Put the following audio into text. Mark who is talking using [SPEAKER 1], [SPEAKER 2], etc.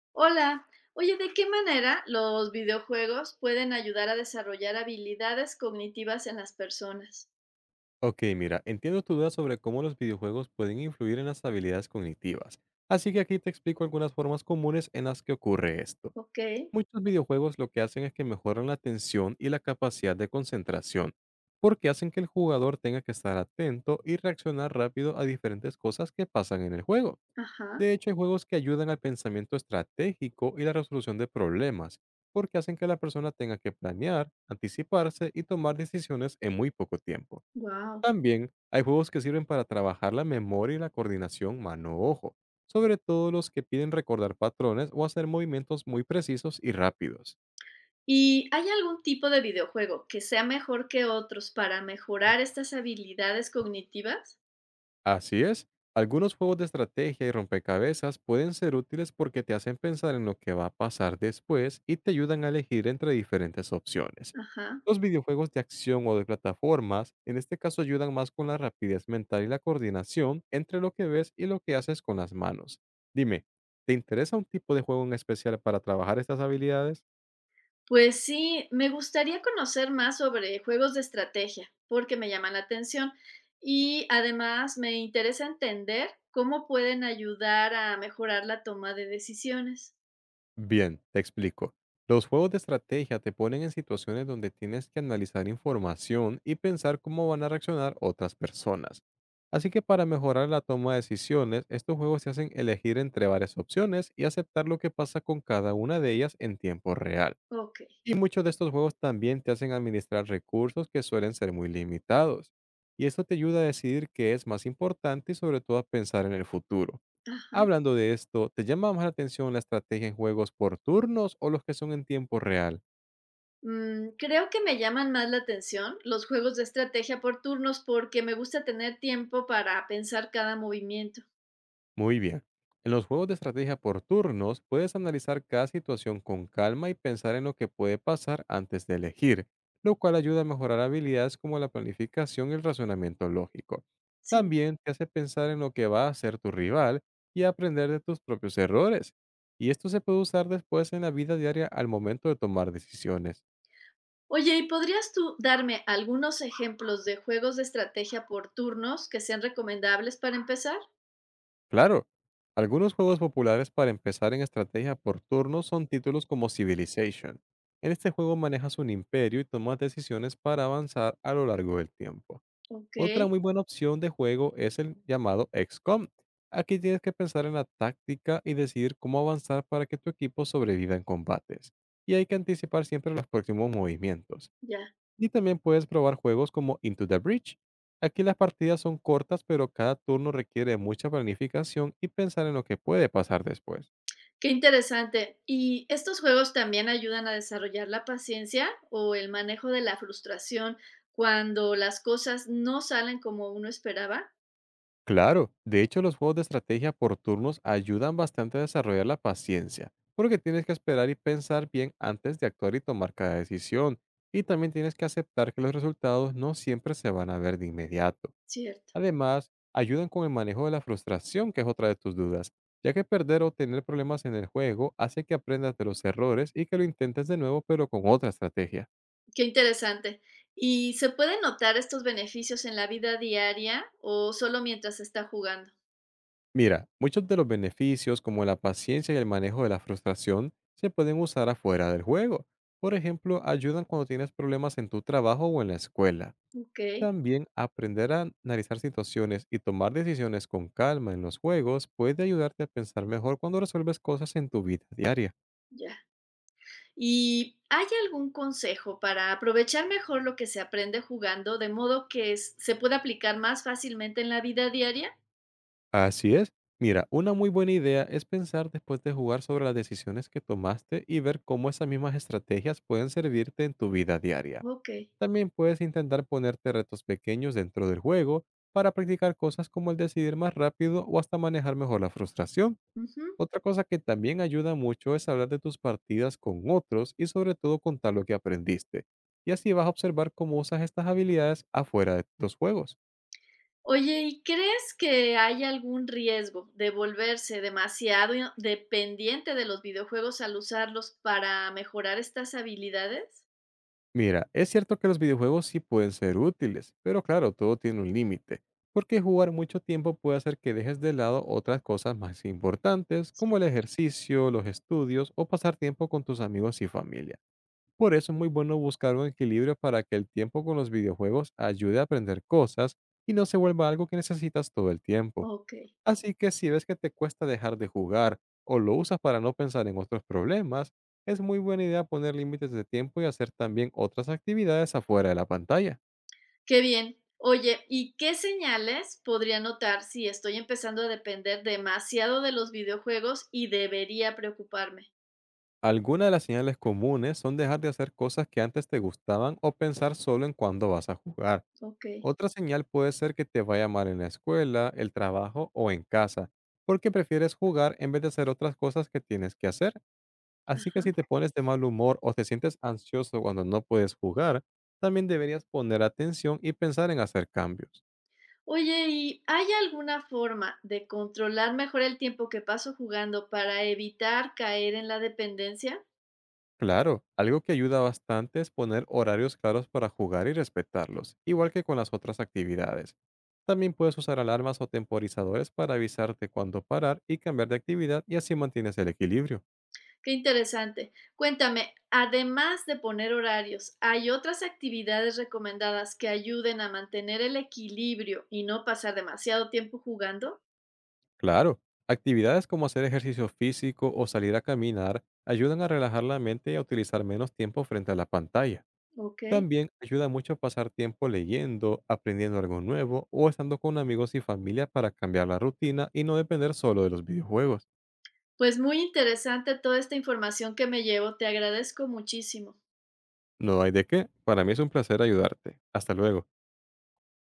[SPEAKER 1] Hola, oye, ¿de qué manera los videojuegos pueden ayudar a desarrollar habilidades cognitivas en las personas?
[SPEAKER 2] Ok, mira, entiendo tu duda sobre cómo los videojuegos pueden influir en las habilidades cognitivas, así que aquí te explico algunas formas comunes en las que ocurre esto.
[SPEAKER 1] Ok,
[SPEAKER 2] Muchos videojuegos lo que hacen es que mejoran la atención y la capacidad de concentración, porque hacen que el jugador tenga que estar atento y reaccionar rápido a diferentes cosas que pasan en el juego.
[SPEAKER 1] ajá,
[SPEAKER 2] De hecho, hay juegos que ayudan al pensamiento estratégico y la resolución de problemas, porque hacen que la persona tenga que planear, anticiparse y tomar decisiones en muy poco tiempo.
[SPEAKER 1] wow.
[SPEAKER 2] También hay juegos que sirven para trabajar la memoria y la coordinación mano-ojo, sobre todo los que piden recordar patrones o hacer movimientos muy precisos y rápidos.
[SPEAKER 1] ¿Y hay algún tipo de videojuego que sea mejor que otros para mejorar estas habilidades cognitivas?
[SPEAKER 2] Así es, algunos juegos de estrategia y rompecabezas pueden ser útiles porque te hacen pensar en lo que va a pasar después y te ayudan a elegir entre diferentes opciones.
[SPEAKER 1] Ajá.
[SPEAKER 2] Los videojuegos de acción o de plataformas en este caso ayudan más con la rapidez mental y la coordinación entre lo que ves y lo que haces con las manos. Dime, ¿te interesa un tipo de juego en especial para trabajar estas habilidades?
[SPEAKER 1] Pues sí, me gustaría conocer más sobre juegos de estrategia, porque me llaman la atención. Y además me interesa entender cómo pueden ayudar a mejorar la toma de decisiones.
[SPEAKER 2] Bien, te explico. Los juegos de estrategia te ponen en situaciones donde tienes que analizar información y pensar cómo van a reaccionar otras personas. Así que para mejorar la toma de decisiones, estos juegos te hacen elegir entre varias opciones y aceptar lo que pasa con cada una de ellas en tiempo real.
[SPEAKER 1] Ok,
[SPEAKER 2] Y muchos de estos juegos también te hacen administrar recursos que suelen ser muy limitados. Y esto te ayuda a decidir qué es más importante y sobre todo a pensar en el futuro.
[SPEAKER 1] ajá.
[SPEAKER 2] Hablando de esto, ¿te llama más la atención la estrategia en juegos por turnos o los que son en tiempo real?
[SPEAKER 1] Creo que me llaman más la atención los juegos de estrategia por turnos, porque me gusta tener tiempo para pensar cada movimiento.
[SPEAKER 2] Muy bien. En los juegos de estrategia por turnos, puedes analizar cada situación con calma y pensar en lo que puede pasar antes de elegir, lo cual ayuda a mejorar habilidades como la planificación y el razonamiento lógico.
[SPEAKER 1] Sí.
[SPEAKER 2] También te hace pensar en lo que va a hacer tu rival y aprender de tus propios errores. Y esto se puede usar después en la vida diaria al momento de tomar decisiones.
[SPEAKER 1] Oye, ¿y podrías tú darme algunos ejemplos de juegos de estrategia por turnos que sean recomendables para empezar?
[SPEAKER 2] Claro, algunos juegos populares para empezar en estrategia por turno son títulos como Civilization. En este juego manejas un imperio y tomas decisiones para avanzar a lo largo del tiempo.
[SPEAKER 1] Ok,
[SPEAKER 2] Otra muy buena opción de juego es el llamado XCOM. Aquí tienes que pensar en la táctica y decidir cómo avanzar para que tu equipo sobreviva en combates. Y hay que anticipar siempre los próximos movimientos.
[SPEAKER 1] ya.
[SPEAKER 2] Y también puedes probar juegos como Into the Breach. Aquí las partidas son cortas, pero cada turno requiere mucha planificación y pensar en lo que puede pasar después.
[SPEAKER 1] Qué interesante. ¿Y estos juegos también ayudan a desarrollar la paciencia o el manejo de la frustración cuando las cosas no salen como uno esperaba?
[SPEAKER 2] Claro, de hecho los juegos de estrategia por turnos ayudan bastante a desarrollar la paciencia, porque tienes que esperar y pensar bien antes de actuar y tomar cada decisión, y también tienes que aceptar que los resultados no siempre se van a ver de inmediato.
[SPEAKER 1] Cierto.
[SPEAKER 2] Además, ayudan con el manejo de la frustración, que es otra de tus dudas, ya que perder o tener problemas en el juego hace que aprendas de los errores y que lo intentes de nuevo pero con otra estrategia.
[SPEAKER 1] Qué interesante. ¿Y se pueden notar estos beneficios en la vida diaria o solo mientras se está jugando?
[SPEAKER 2] Mira, muchos de los beneficios como la paciencia y el manejo de la frustración se pueden usar afuera del juego. Por ejemplo, ayudan cuando tienes problemas en tu trabajo o en la escuela.
[SPEAKER 1] Okey,
[SPEAKER 2] También aprender a analizar situaciones y tomar decisiones con calma en los juegos puede ayudarte a pensar mejor cuando resuelves cosas en tu vida diaria.
[SPEAKER 1] ya. ¿Y hay algún consejo para aprovechar mejor lo que se aprende jugando, de modo que s se pueda aplicar más fácilmente en la vida diaria?
[SPEAKER 2] Así es. Mira, una muy buena idea es pensar después de jugar sobre las decisiones que tomaste y ver cómo esas mismas estrategias pueden servirte en tu vida diaria.
[SPEAKER 1] Okey,
[SPEAKER 2] También puedes intentar ponerte retos pequeños dentro del juego para practicar cosas como el decidir más rápido o hasta manejar mejor la frustración.
[SPEAKER 1] ujú.
[SPEAKER 2] Otra cosa que también ayuda mucho es hablar de tus partidas con otros y sobre todo contar lo que aprendiste. Y así vas a observar cómo usas estas habilidades afuera de los juegos.
[SPEAKER 1] Oye, ¿y crees que hay algún riesgo de volverse demasiado ino dependiente de los videojuegos al usarlos para mejorar estas habilidades?
[SPEAKER 2] Mira, es cierto que los videojuegos sí pueden ser útiles, pero claro, todo tiene un límite, porque jugar mucho tiempo puede hacer que dejes de lado otras cosas más importantes, como
[SPEAKER 1] Sí,
[SPEAKER 2] el ejercicio, los estudios o pasar tiempo con tus amigos y familia. Por eso es muy bueno buscar un equilibrio para que el tiempo con los videojuegos ayude a aprender cosas y no se vuelva algo que necesitas todo el tiempo.
[SPEAKER 1] okey.
[SPEAKER 2] Así que si ves que te cuesta dejar de jugar o lo usas para no pensar en otros problemas, es muy buena idea poner límites de tiempo y hacer también otras actividades afuera de la pantalla.
[SPEAKER 1] Qué bien. Oye, ¿y qué señales podría notar si estoy empezando a depender demasiado de los videojuegos y debería preocuparme?
[SPEAKER 2] Algunas de las señales comunes son dejar de hacer cosas que antes te gustaban o pensar solo en cuándo vas a jugar.
[SPEAKER 1] Ok.
[SPEAKER 2] Otra señal puede ser que te vaya mal en la escuela, el trabajo o en casa, porque prefieres jugar en vez de hacer otras cosas que tienes que hacer. Así que
[SPEAKER 1] Ajá.
[SPEAKER 2] si te pones de mal humor o te sientes ansioso cuando no puedes jugar, también deberías poner atención y pensar en hacer cambios.
[SPEAKER 1] Oye, ¿y hay alguna forma de controlar mejor el tiempo que paso jugando para evitar caer en la dependencia?
[SPEAKER 2] Claro, algo que ayuda bastante es poner horarios claros para jugar y respetarlos, igual que con las otras actividades. También puedes usar alarmas o temporizadores para avisarte cuándo parar y cambiar de actividad y así mantienes el equilibrio.
[SPEAKER 1] Qué interesante. Cuéntame, además de poner horarios, ¿hay otras actividades recomendadas que ayuden a mantener el equilibrio y no pasar demasiado tiempo jugando?
[SPEAKER 2] Claro, actividades como hacer ejercicio físico o salir a caminar ayudan a relajar la mente y a utilizar menos tiempo frente a la pantalla.
[SPEAKER 1] Ok.
[SPEAKER 2] También ayuda mucho pasar tiempo leyendo, aprendiendo algo nuevo o estando con amigos y familia para cambiar la rutina y no depender solo de los videojuegos.
[SPEAKER 1] Pues muy interesante toda esta información que me llevo, te agradezco muchísimo.
[SPEAKER 2] No hay de qué. Para mí es un placer ayudarte. Hasta luego.